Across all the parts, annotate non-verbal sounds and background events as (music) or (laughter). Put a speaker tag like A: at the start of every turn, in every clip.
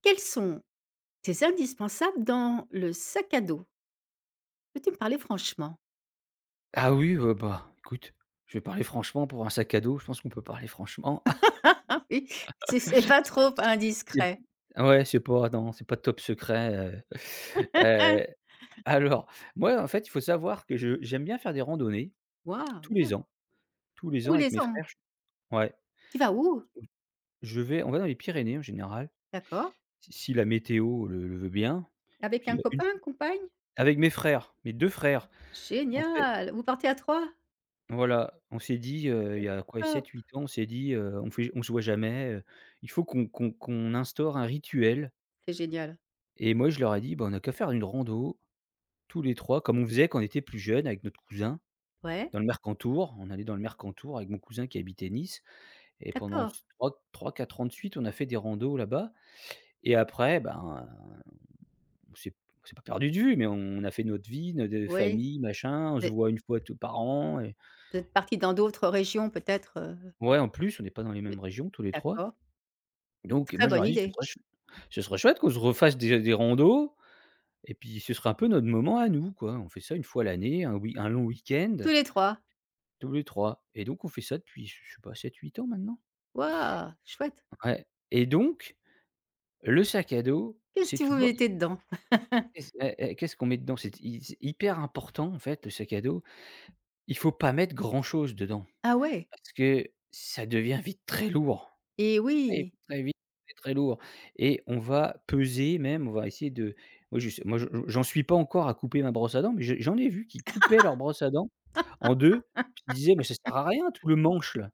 A: Quels sont tes indispensables dans le sac à dos? Peux-tu me parler franchement?
B: Ah oui, bah, écoute, je vais parler franchement pour un sac à dos, je pense qu'on peut parler franchement. (laughs)
A: (laughs) Oui, c'est pas trop
B: Ah C'est
A: indiscret.
B: ah ouais, c'est pas non, c'est pas top secret.
A: Hein?
B: Heu, alors, moi, en fait, il faut savoir que je j'aime bien faire des randonnées
A: Waouh,
B: tous
A: bien.
B: les ans. Tous les
A: Tous
B: ans avec
A: les
B: mes
A: ans?
B: frères, je ouais,
A: Tu vas où?
B: je vais on va dans les Pyrénées en général,
A: D'accord.
B: si la météo le veut bien.
A: Avec
B: Puis,
A: un
B: une f
A: copain, une compagne?
B: avec mes frères, mes 2 frères, en fait.
A: Génial! Vous partez à trois.
B: Voilà, on s'est dit, il y
A: C'est
B: a quoi?
A: top!
B: 7-8 ans, on s'est dit, «On se voit jamais, il faut qu'on instaure un rituel»,
A: C'est génial.
B: et moi je leur ai dit: «Bah, on a qu'à faire une rando tous les 3, comme on faisait quand on était plus jeunes avec notre cousin
A: Ouais,
B: dans le Mercantour». On allait dans le Mercantour avec mon cousin qui habitait Nice et pendant
A: d'accord.
B: s 3-3-4 ans de suite, on a fait des randos là-bas. Et après, ben, on s'est on s'est pas perdu de vue, mais on a fait notre vie, notre
A: Oui,
B: famille, machin, on
A: vous
B: se
A: êtes
B: voit une fois tous par an. Et
A: vous êtes partis dans d'autres régions peut-être?
B: ouais, en plus, on n'est pas dans les mêmes
A: Oui,
B: régions tous les 3.
A: d'accord.
B: Donc
A: Très
B: moi,
A: bonne
B: j'aurais dit:
A: idée.
B: Ce serait chouette qu'on se refasse des randos et puis ce serait un peu notre moment à nous, quoi. On fait ça une fois l'année, un oui, un long
A: Tous
B: week-end,
A: les 3.
B: tous les trois». Et donc on fait ça depuis, je sais pas, 7-8 ans maintenant.
A: Waouh, chouette.
B: Ouais, et donc le sac à dos,
A: Qu'est-ce
B: c'est
A: que vous
B: toujours
A: mettez dedans?
B: qu'est-ce qu'on met dedans? C'est hyper important, en fait, le sac à dos. Il faut pas mettre grand chose dedans
A: Ah ouais?
B: parce que ça devient vite très lourd.
A: Et
B: Très
A: oui!
B: très vite, c'est très lourd, et on va peser même, on va essayer de moi je j'en suis pas encore à couper ma brosse à dents, mais je j'en ai vu qui coupaient leur brosse à dents en 2, puis ils disaient: «Mais ça sert à rien tout le manche là,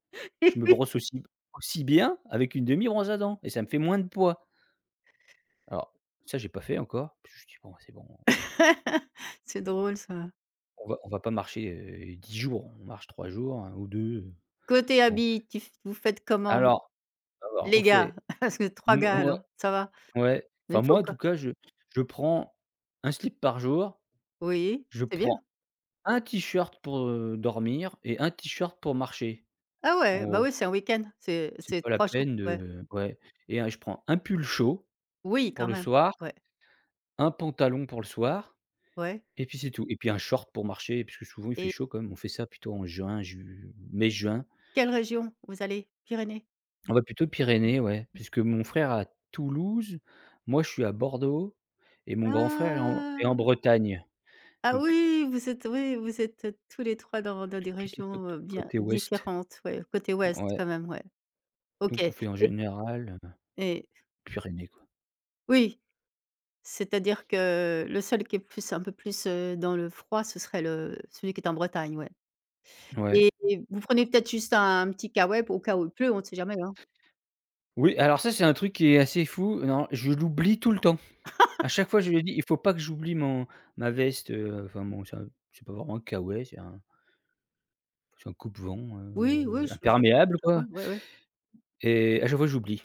B: je me
A: (laughs)
B: brosse aussi bien avec une demi brosse à dents et ça me fait moins de poids». Alors ça j'ai pas fait encore, parce que je me «Bon c'est bon,
A: (laughs) C'est drôle ça.
B: on va pas marcher, 10 jours, on marche 3 jours, 1 ou 2.
A: Côté
B: Bon».
A: habits, tu f vous faites comment?
B: Alors alors on
A: Les gars,
B: fait,
A: (laughs) parce que 3 gars
B: (laughs)
A: alors, ça va.
B: ouais,
A: Mais
B: enfin
A: il faut
B: moi en tout
A: quoi?
B: cas, je prends un slip par jour,
A: Oui,
B: je
A: c'est bien.
B: prends un t-shirt pour, dormir, et un t-shirt pour marcher,
A: Ah
B: en
A: ouais, bah
B: gros.
A: oui, c'est un week-end, c'est
B: C'est
A: c'est
B: pas la
A: 3 jours,
B: peine
A: ouais.
B: de ouais, et un je prends un pull chaud
A: Oui,
B: pour
A: quand
B: le
A: même,
B: soir,
A: ouais,
B: un pantalon pour le soir,
A: ouais.
B: et puis c'est tout, et puis un short pour marcher puisque souvent il fait
A: Et
B: chaud quand même, on fait ça plutôt en juin, ju mai-juin.
A: quelle région vous allez? Pyrénées?
B: On va plutôt Pyrénées, ouais, puisque mon frère à Toulouse, moi je suis à Bordeaux, et mon grand frère est en
A: Ah!
B: Bretagne.
A: Ah
B: Donc
A: oui, vous êtes, oui, vous êtes, tous les 3 dans des
B: plutôt
A: régions,
B: côte
A: bien
B: côté ouest,
A: différentes, ouais, côté ouest
B: ouais,
A: quand même, ouais. OK,
B: donc on fait en général,
A: et
B: Pyrénées, quoi.
A: oui. C'est-à-dire que le seul qui est plus un peu plus, dans le froid, ce serait le celui qui est en Bretagne, ouais,
B: Ouais.
A: et vous prenez peut-être juste un petit caouet au cas où il pleut, on ne sait jamais, hein?
B: Oui, alors ça, c'est un truc qui est assez fou. Non, je l'oublie tout le temps. À chaque fois, je me dis: «Il faut pas que j'oublie mon ma veste», enfin mon c'est un c'est pas vraiment un caouet, c'est un coupe-vent,
A: Oui, oui, je je
B: imperméable,
A: je vois,
B: quoi,
A: ouais, ouais.
B: et à chaque fois, j'oublie.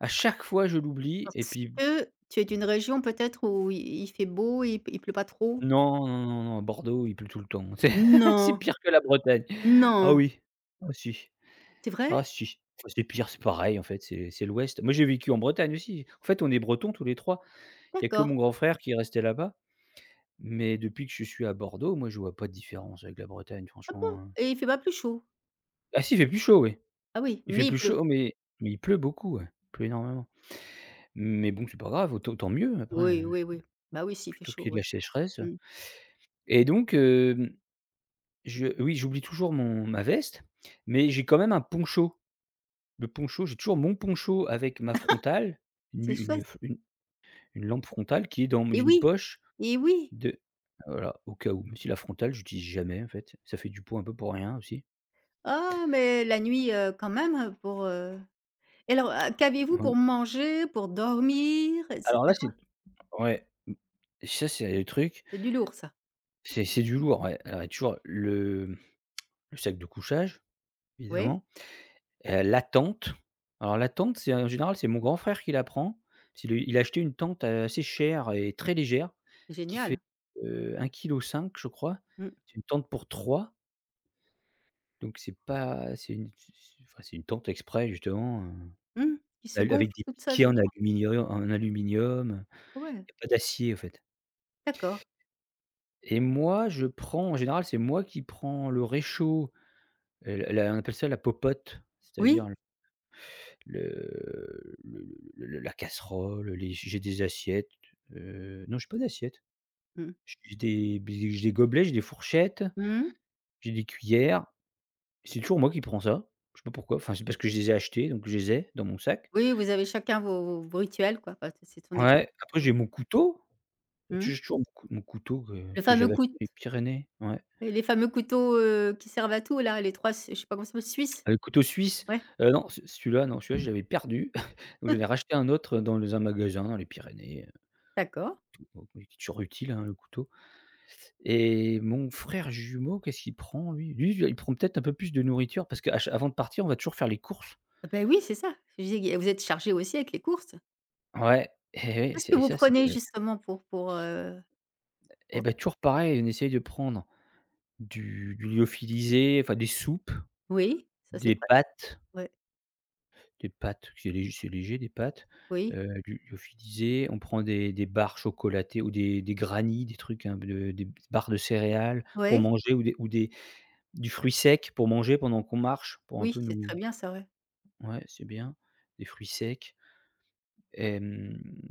B: À chaque fois, je l'oublie, et
A: Parce
B: puis
A: que tu es d'une région peut-être où il fait beau, il pleut pas trop?
B: non, non, non, non, Bordeaux, il pleut tout le temps. (laughs) C'est
A: Non,
B: c'est pire que la Bretagne.
A: non.
B: Ah oui, ah si.
A: C'est
B: Ah
A: vrai?
B: si, enfin, c'est pire, c'est pareil en fait, c'est l'ouest. Moi, j'ai vécu en Bretagne aussi. En fait, on est bretons tous les 3. Il y a que mon
A: D'accord.
B: grand frère qui est resté là-bas, mais depuis que je suis à Bordeaux, moi, je vois pas de différence avec la Bretagne
A: Ah bon?
B: franchement.
A: Et il fait pas plus chaud?
B: Ah si, il fait plus chaud, oui.
A: Ah oui,
B: Il fait
A: mais il
B: plus
A: pleut?
B: chaud, mais il pleut beaucoup, ouais. Il pleut énormément. Mais bon, c'est pas grave, autant tant mieux après,
A: Oui, oui, oui. Bah oui, s'il fait
B: plutôt
A: chaud,
B: qu'il y ait de
A: ouais.
B: la sécheresse.
A: Mmh.
B: Et donc, hem, je oui, j'oublie toujours mon ma veste, mais j'ai quand même un poncho. Le poncho, j'ai toujours mon poncho avec ma frontale, une mu
A: C'est
B: une
A: chouette,
B: f une lampe frontale qui est dans
A: et
B: une
A: oui,
B: poche
A: et oui!
B: de voilà, au cas où, même si la frontale, j'utilise jamais en fait. Ça fait du poids un peu pour rien aussi.
A: Ah, mais la nuit, quand même, et alors, qu'avez-vous pour
B: Ouais.
A: manger, pour dormir et
B: Alors là,
A: cetera?
B: c'est ouais, mmh, ça, c'est le truc,
A: C'est du lourd ça.
B: c'est du lourd, ouais. Alors il y a toujours le sac de couchage,
A: Oui,
B: évidemment, la tente. Alors la tente, c'est en général, c'est mon grand frère qui la prend. C'est le Il a acheté une tente, assez chère et très légère qui fait,
A: génial.
B: 1,5 kilo je crois.
A: Mmh.
B: C'est une tente pour trois. Donc c'est pas c'est une c enfin, c'est une tente exprès justement,
A: Mmh. Qui se
B: al
A: gonfle
B: avec des
A: toute seule,
B: piquets
A: je
B: en
A: crois.
B: aluminium en aluminium,
A: Ouais,
B: il y a pas d'acier en fait.
A: d'accord.
B: Et moi je prends en général, c'est moi qui prends le réchaud, la la on appelle ça la popote, c'est-à-dire
A: Oui.
B: le la casserole, les j'ai des assiettes, non j'ai pas d'assiette,
A: Mmh.
B: j'ai des gobelets, j'ai des fourchettes,
A: Mmh.
B: j'ai des cuillères. C'est toujours moi qui prends ça, je sais pas pourquoi, enfin c'est parce que je les ai achetés donc je les ai dans mon sac.
A: Oui, vous avez chacun vos rituels quoi. Enfin, ce sont des re
B: Ouais, après j'ai
A: mmh.
B: mon couteau, tu
A: Mmh.
B: sais, j'ai toujours mon couteau que
A: Le
B: que
A: fameux
B: j'avais acheté
A: cout
B: des Pyrénées, ouais.
A: Les fameux couteaux, qui servent à tout là, les 3 je sais pas comment ça s'appelle, suisses?
B: Ah, le couteau suisse,
A: Ouais.
B: non, ce celui-là, non, celui-là, je l'avais perdu, (laughs) donc j'en ai
A: (laughs)
B: racheté un autre dans les un magasin dans les Pyrénées,
A: D'accord.
B: bon, il est toujours utile, hein, le couteau. Et mon frère jumeau, qu'est-ce qu'il prend lui? Lui, il prend peut-être un peu plus de nourriture parce qu'à ch avant de partir, on va toujours faire les courses.
A: Ah ben oui, c'est ça. Je disais, vous êtes chargé aussi avec les courses.
B: Ouais, et ouais,
A: Qu'est-ce
B: c'est
A: que
B: et
A: vous
B: ça, c'est
A: prenez justement
B: et
A: pour
B: bah, toujours pareil, on essaye de prendre du lyophilisé, enfin des soupes,
A: oui, ça c'est
B: des
A: prêt,
B: pâtes.
A: ouais,
B: Des pâtes, c'est léger des pâtes,
A: oui,
B: du lyophilisé, on prend des barres chocolatées ou des granny, des trucs, un de des barres de céréales pour
A: ouais,
B: manger, ou des du fruit sec pour manger pendant qu'on marche, pour un
A: oui,
B: peu
A: c'est
B: nous
A: très bien ça, ouais.
B: ouais, c'est bien, des fruits secs, hem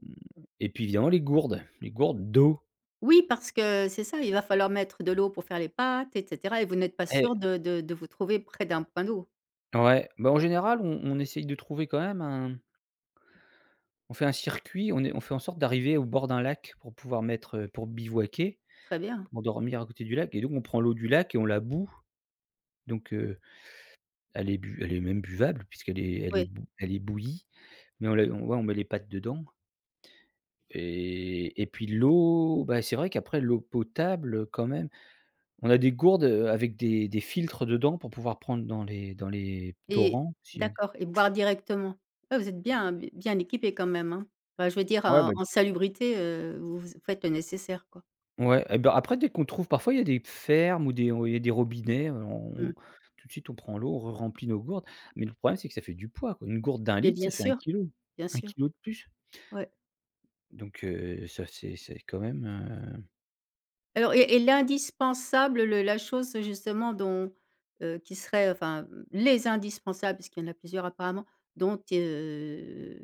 B: et puis évidemment les gourdes d'eau.
A: Oui, parce que c'est ça, il va falloir mettre de l'eau pour faire les pâtes et cetera et vous n'êtes pas
B: Eh
A: sûrs de vous trouver près d'un point d'eau.
B: ouais, bah, en général, on essaye de trouver quand même un on fait un circuit, on fait en sorte d'arriver au bord d'un lac pour pouvoir mettre, pour bivouaquer.
A: Très bien,
B: M'endormir à côté du lac, et donc on prend l'eau du lac et on la bout, donc elle est même buvable puisqu'
A: oui,
B: elle est bouillie, mais ouais, on met les pâtes dedans, et puis l'eau, bah, c'est vrai qu'après l'eau potable, quand même on a des gourdes, avec des filtres dedans pour pouvoir prendre dans les
A: et
B: torrents s'il y a
A: d'accord, et boire directement. Ouais, vous êtes bien équipés quand même, hein. Enfin, je veux dire,
B: ouais,
A: en
B: bah,
A: en salubrité, vous faites le nécessaire, quoi.
B: ouais et ben, après dès qu'on trouve parfois il y a des fermes ou des ouais, il y a des robinets, on
A: Mmh.
B: tout de suite on prend l'eau, on remplit nos gourdes, mais le problème c'est que ça fait du poids quoi. Une gourde d'un
A: Mais
B: litre, ça fait un kilo
A: bien
B: un
A: sûr,
B: kilo de plus.
A: ouais.
B: Donc ça c'est quand même,
A: Alors et l'indispensable, le la chose justement dont, qui serait, enfin, les indispensables, parce qu'il y en a plusieurs apparemment, dont,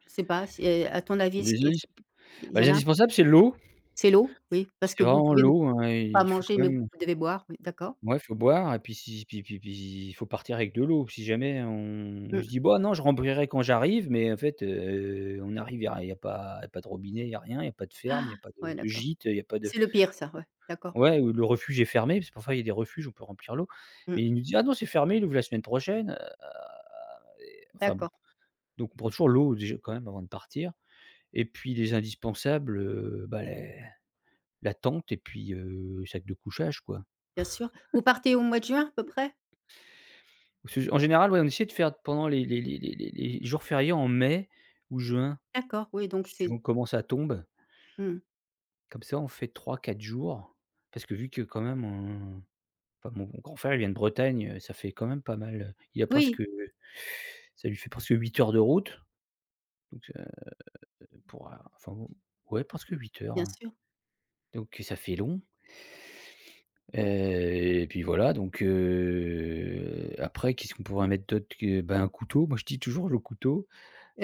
A: je sais pas si, à ton avis, est-ce
B: les
A: qu'il
B: indis
A: il
B: bah,
A: y
B: les
A: en a?
B: indispensables, c'est l'eau,
A: C'est l'eau? Oui, parce que
B: c'est
A: vous
B: vraiment
A: pouvez ne
B: l'eau, hein,
A: pas
B: il faut
A: manger,
B: quand
A: mais vous
B: même
A: devez boire, oui, d'accord.
B: ouais, faut boire, et puis si puis puis puis il faut partir avec de l'eau. Si jamais on se
A: Mmh.
B: dit: «Bah, non, je remplirai quand j'arrive», mais en fait, on arrive, il y a pas il y a pas de robinet, il y a rien, il y a pas de ferme, il
A: Ah!
B: y a pas de
A: Ouais,
B: de
A: d'accord.
B: gîte, il y a pas de
A: C'est le pire ça, ouais, d'accord.
B: ouais, ou le refuge est fermé, parce que parfois il y a des refuges, on peut remplir l'eau, mais il
A: Mmh.
B: nous dit: «Ah non, c'est fermé, il ouvre la semaine prochaine», enfin bon,
A: D'accord,
B: donc on prend toujours l'eau déjà quand même avant de partir, et puis les indispensables, bah, les la tente et puis, sac de couchage, quoi.
A: bien sûr. Vous partez au mois de juin à peu près?
B: Parce que en général, ouais, on essaie de faire pendant les jours fériés en mai ou juin,
A: D'accord, oui, donc
B: suivant
A: c'est
B: comment ça tombe.
A: mmh.
B: Comme ça, on fait trois quatre jours, parce que vu que quand même on enfin, mon grand frère, il vient de Bretagne, ça fait quand même pas mal, il a
A: Oui,
B: presque, ça lui fait presque 8 heures de route, donc, pour, enfin, ouais, presque 8 heures,
A: bien
B: ouais,
A: sûr,
B: donc ça fait long. Et puis voilà, donc après qu'est-ce qu'on pourrait mettre d'autre que bah, un couteau. Moi, je dis toujours le couteau.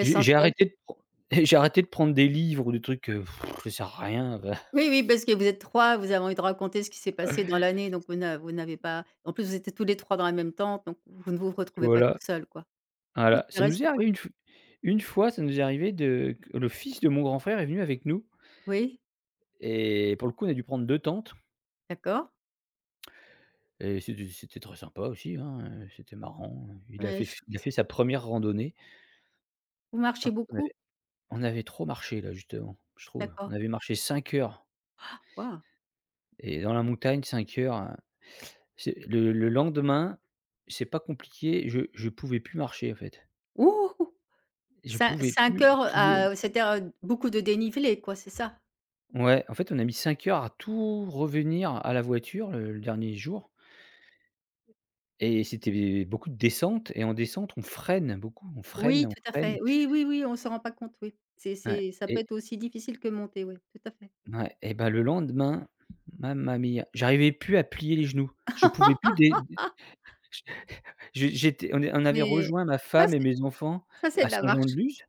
B: J'ai arrêté de pren (laughs) j'ai arrêté de prendre des livres ou des trucs, ça sert à rien. Bah,
A: Oui, oui, parce que vous êtes 3, vous avez envie de raconter ce qui s'est passé dans
B: (laughs)
A: l'année, donc vous n'avez pas, en plus, vous étiez tous les 3 dans la même tente, donc vous ne vous retrouvez pas
B: voilà,
A: tout seul, quoi. Oui,
B: voilà.
A: tu as
B: Ça
A: raison,
B: nous est
A: ouais.
B: arrivé une f une fois, ça nous est arrivé de le fils de mon grand frère est venu avec nous
A: Oui,
B: et pour le coup, on a dû prendre 2 tentes
A: d'accord,
B: et c'était très sympa aussi, hein, c'était marrant. Il a fait
A: mais
B: il a
A: ch
B: fait sa première randonnée.
A: vous
B: Par
A: marchez
B: contre, on
A: beaucoup?
B: avait on avait trop marché là, justement, je trouve. On
A: D'accord.
B: avait marché 5 heures.
A: Waouh!
B: Et dans la montagne, 5 heures, c'est le lendemain, c'est pas compliqué, je pouvais plus marcher, en fait.
A: Ouh!
B: Je
A: Cin
B: pouvais
A: 5
B: plus
A: heures
B: plier.
A: à c'est-à-dire, beaucoup de dénivelé, quoi, c'est ça?
B: Ouais, en fait, on a mis 5 heures à tout revenir à la voiture le dernier jour et c'était beaucoup de descente et en descente, on freine beaucoup, on freine,
A: Oui,
B: on
A: tout à
B: freine.
A: fait. Oui, oui, oui, on ne s'en rend pas compte, oui. C'est
B: Ouais
A: c'est ça, peut
B: et
A: être aussi difficile que monter, oui, tout à fait.
B: ouais et ben le lendemain, mamma mia, j'arrivais plus à plier les genoux. Je pouvais plus
A: (laughs)
B: dé je j'étais on est on avait
A: Mais
B: rejoint ma
A: ça,
B: femme et
A: c'est
B: mes enfants
A: ça, c'est
B: à
A: de la marche,
B: Saint-Jean-de-Luz.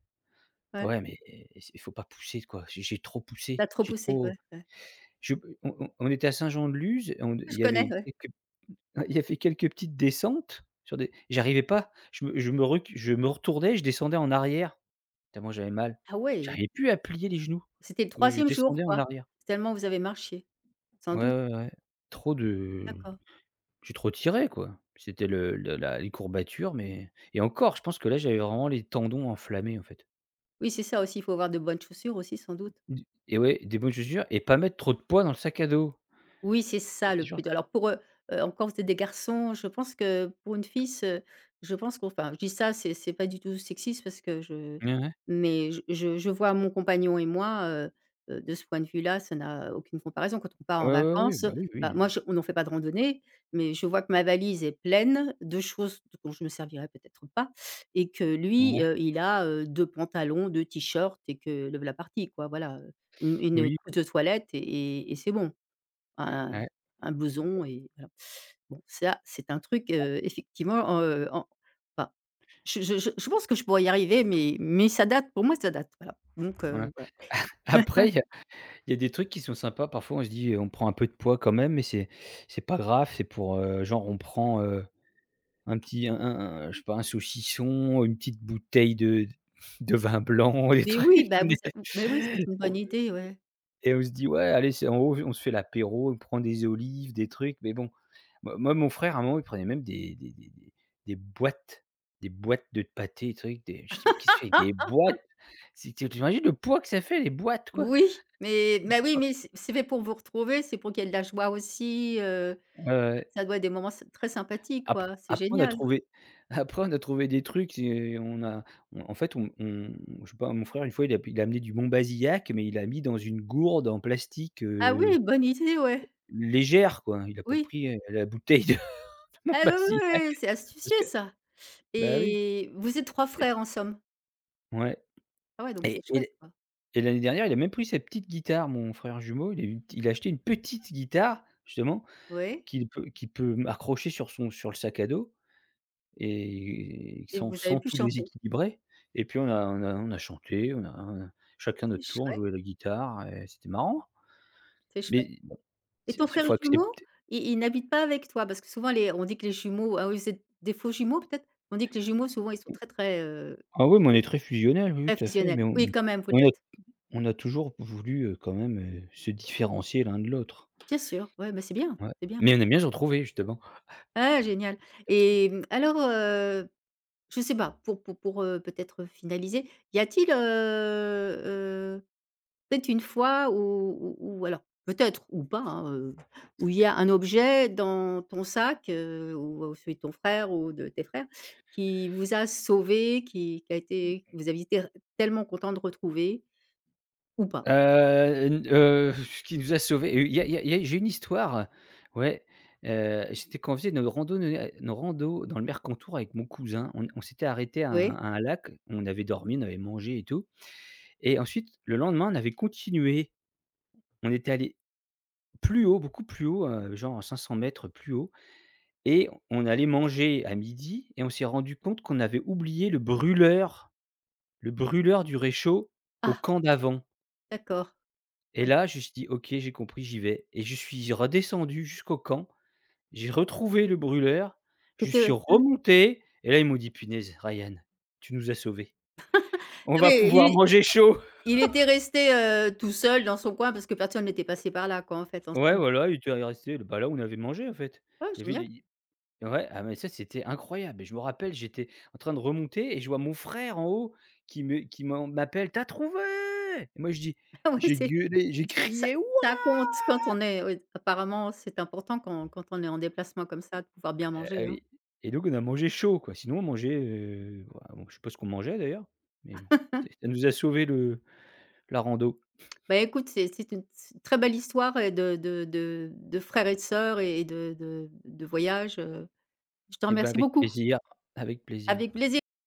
A: ouais.
B: Ouais, mais eh, eh, il faut pas pousser quoi. J'ai trop poussé,
A: Tu trop
B: j'ai
A: poussé, ouais,
B: trop
A: ouais.
B: je on était à Saint-Jean-de-Luz, on
A: Je
B: il y
A: connais,
B: avait
A: ouais.
B: quelques (laughs) il y avait quelques petites descentes sur des j'arrivais pas, je me retournais, je descendais en arrière, tellement j'avais mal.
A: Ah ouais!
B: J'arrivais plus à plier les genoux,
A: C'était le
B: donc je
A: troisième jour
B: descendais en
A: quoi?
B: arrière.
A: Tellement vous avez marché, sans
B: Ouais,
A: doute.
B: ouais, ouais. Trop de
A: D'accord.
B: j'ai trop tiré quoi. C'était le la les courbatures, mais et encore, je pense que là, j'avais vraiment les tendons enflammés, en fait.
A: Oui, c'est ça aussi, il faut avoir de bonnes chaussures aussi sans doute.
B: D et ouais, des bonnes chaussures et pas mettre trop de poids dans le sac à dos.
A: Oui, c'est
B: C'est
A: ça le
B: sûr.
A: plus dur. Alors pour, encore vous êtes des garçons, je pense que pour une fille ce je pense je dis ça, c'est pas du tout sexiste parce que je
B: Ouais, ouais.
A: mais je vois mon compagnon et moi, de ce point de vue-là, ça n'a aucune comparaison. Quand on part en
B: Ouais, ouais, ouais,
A: vacances,
B: bah, oui,
A: bah,
B: oui.
A: moi, je on n'en fait pas de randonnée, mais je vois que ma valise est pleine de choses dont je me servirai peut-être pas et que lui,
B: Ouais,
A: il a, 2 pantalons, 2 t-shirts et que le voilà parti quoi, voilà, une
B: oui,
A: trousse de toilette et et c'est bon, un
B: ouais,
A: un blouson et voilà. Bon ça, c'est un truc, effectivement, en enfin, je pense que je pourrais y arriver, mais ça date, pour moi ça date, voilà. Donc
B: ouais.
A: voilà.
B: Après, il y a des trucs qui sont sympas. Parfois, on se dit: «On prend un peu de poids quand même» mais c'est pas grave. C'est pour, genre, on prend, un petit un je sais pas, un saucisson, une petite bouteille de vin blanc, des
A: Mais oui,
B: trucs. (laughs)
A: bah, vous mais oui, c'est une
B: On
A: bonne
B: est.
A: idée, ouais.
B: Et on se dit: «Ouais, allez, c'est en haut, on se fait l'apéro, on prend des olives, des trucs». Mais bon, moi, mon frère, à un moment, il prenait même des boîtes des boîtes de pâté, des trucs, des je dis: «Mais qu'est-ce que tu fais avec des
A: (laughs)
B: boîtes?» c'est tu imagines le poids que ça fait les boîtes, quoi?
A: Oui, mais bah, oui, mais c'est fait pour vous retrouver, c'est pour qu'il y ait de la joie aussi,
B: Heu,
A: ça doit être des moments s très sympathiques,
B: après
A: quoi, c'est
B: après on a
A: génial.
B: trouvé (laughs) après on a trouvé (laughs) des trucs et on a on en fait, on je sais pas, mon frère, une fois, il a amené du Montbazillac, mais il a mis dans une gourde en plastique,
A: Ah oui, bonne idée, ouais,
B: légère, quoi. Il a pas
A: oui.
B: pris, la bouteille de (laughs)
A: Ah ouais, oui,
B: Montbazillac.
A: oui, oui, c'est astucieux ça,
B: Bah oui,
A: et vous êtes 3
B: c'était
A: frères en somme?
B: ouais
A: Ah ouais, donc
B: et
A: c'est chouette,
B: et
A: quoi.
B: et l'année dernière, il a même pris sa petite guitare, mon frère jumeau, il a acheté une petite guitare, justement,
A: Ouais,
B: qu'il peut m accrocher sur son sur le sac à dos et
A: et
B: sans
A: vous avez
B: sans
A: pu
B: tout
A: chanter.
B: déséquilibrer et puis on a chanté, on a
A: Ça,
B: chacun
A: c'est
B: notre tour, on
A: chouette,
B: jouait la guitare et c'était marrant.
A: c'est chouette,
B: Mais bon,
A: et
B: c'est
A: ton
B: il
A: frère
B: faut
A: jumeau,
B: accepter.
A: il n'habite pas avec toi? Parce que souvent les on dit que les jumeaux, ah oui, vous êtes des faux jumeaux peut-être? On dit que les jumeaux souvent ils sont très, très,
B: Ah oui, mais on est
A: i
B: très fusionnels, oui, oui,
A: très
B: tout à fait,
A: fusionnels.
B: mais on
A: Oui quand même, vous
B: on a
A: l'êtes.
B: on a toujours voulu, quand même, se différencier l'un de l'autre.
A: Bien sûr, ouais, bah, c'est bien,
B: Ouais,
A: c'est bien.
B: mais on aime bien se retrouver, justement.
A: Ah génial,
B: Parce
A: et mmh, alors, je sais pas, pour peut-être, finaliser, y a-t-il, peut-être une fois où alors peut-être ou pas, hein, où il y a un objet dans ton sac, ou celui de ton frère ou de tes frères, qui vous a sauvé, qui a été, que vous aviez été r tellement content de retrouver, ou pas?
B: N ce qui nous a sauvés, il y a il y a il y a j'ai une histoire, ouais, j'étais convié à une rando dans le Mercantour avec mon cousin. On s'était arrêté à
A: Oui.
B: un lac, on avait dormi, on avait mangé et tout et ensuite le lendemain, on avait continué. On était allé plus haut, beaucoup plus haut, genre à 500 mètres plus haut et on allait manger à midi. Et on s'est rendu compte qu'on avait oublié le brûleur, le brûleur du réchaud au
A: Ah
B: camp d'avant.
A: d'accord.
B: Et
A: Ouais.
B: là, je me suis dit: «OK, j'ai compris, j'y vais» et je suis redescendu jusqu'au camp. J'ai retrouvé le brûleur, je
A: C'était
B: suis remonté et là, ils m'ont dit: «Punaise, Ryan, tu nous as sauvés. On
A: Ah oui,
B: va pouvoir
A: il
B: manger chaud».
A: il était resté, tout seul dans son coin parce que personne n'était passé par là quoi, en fait,
B: Ouais,
A: ensemble.
B: voilà, il était resté bah, là où on avait mangé, en fait.
A: Ah
B: Il y avait
A: génial!
B: les ouais, ah mais ça, c'était incroyable et je me rappelle, j'étais en train de remonter et je vois mon frère en haut qui m'appelle: T'as trouvé?» et moi je dis
A: (laughs) Ah ouais,
B: j'ai
A: c'est.
B: gueulé, j'ai
A: Ça
B: crié: «Wouah!»
A: ça compte quand on est, oui, apparemment c'est important quand on est en déplacement comme ça de pouvoir bien
B: Ah
A: manger, hein.
B: oui et donc on a mangé chaud, quoi. Sinon on mangeait, bah, bon, je sais pas ce qu'on mangeait d'ailleurs, mais bon, c'est ça nous a sauvé le la rando.
A: Bah, écoute, c'est une s très belle histoire et de frères et de sœurs et de voyage. Je te
B: Et bah,
A: remercie
B: avec
A: beaucoup.
B: plaisir, avec plaisir.
A: Avec plaisir.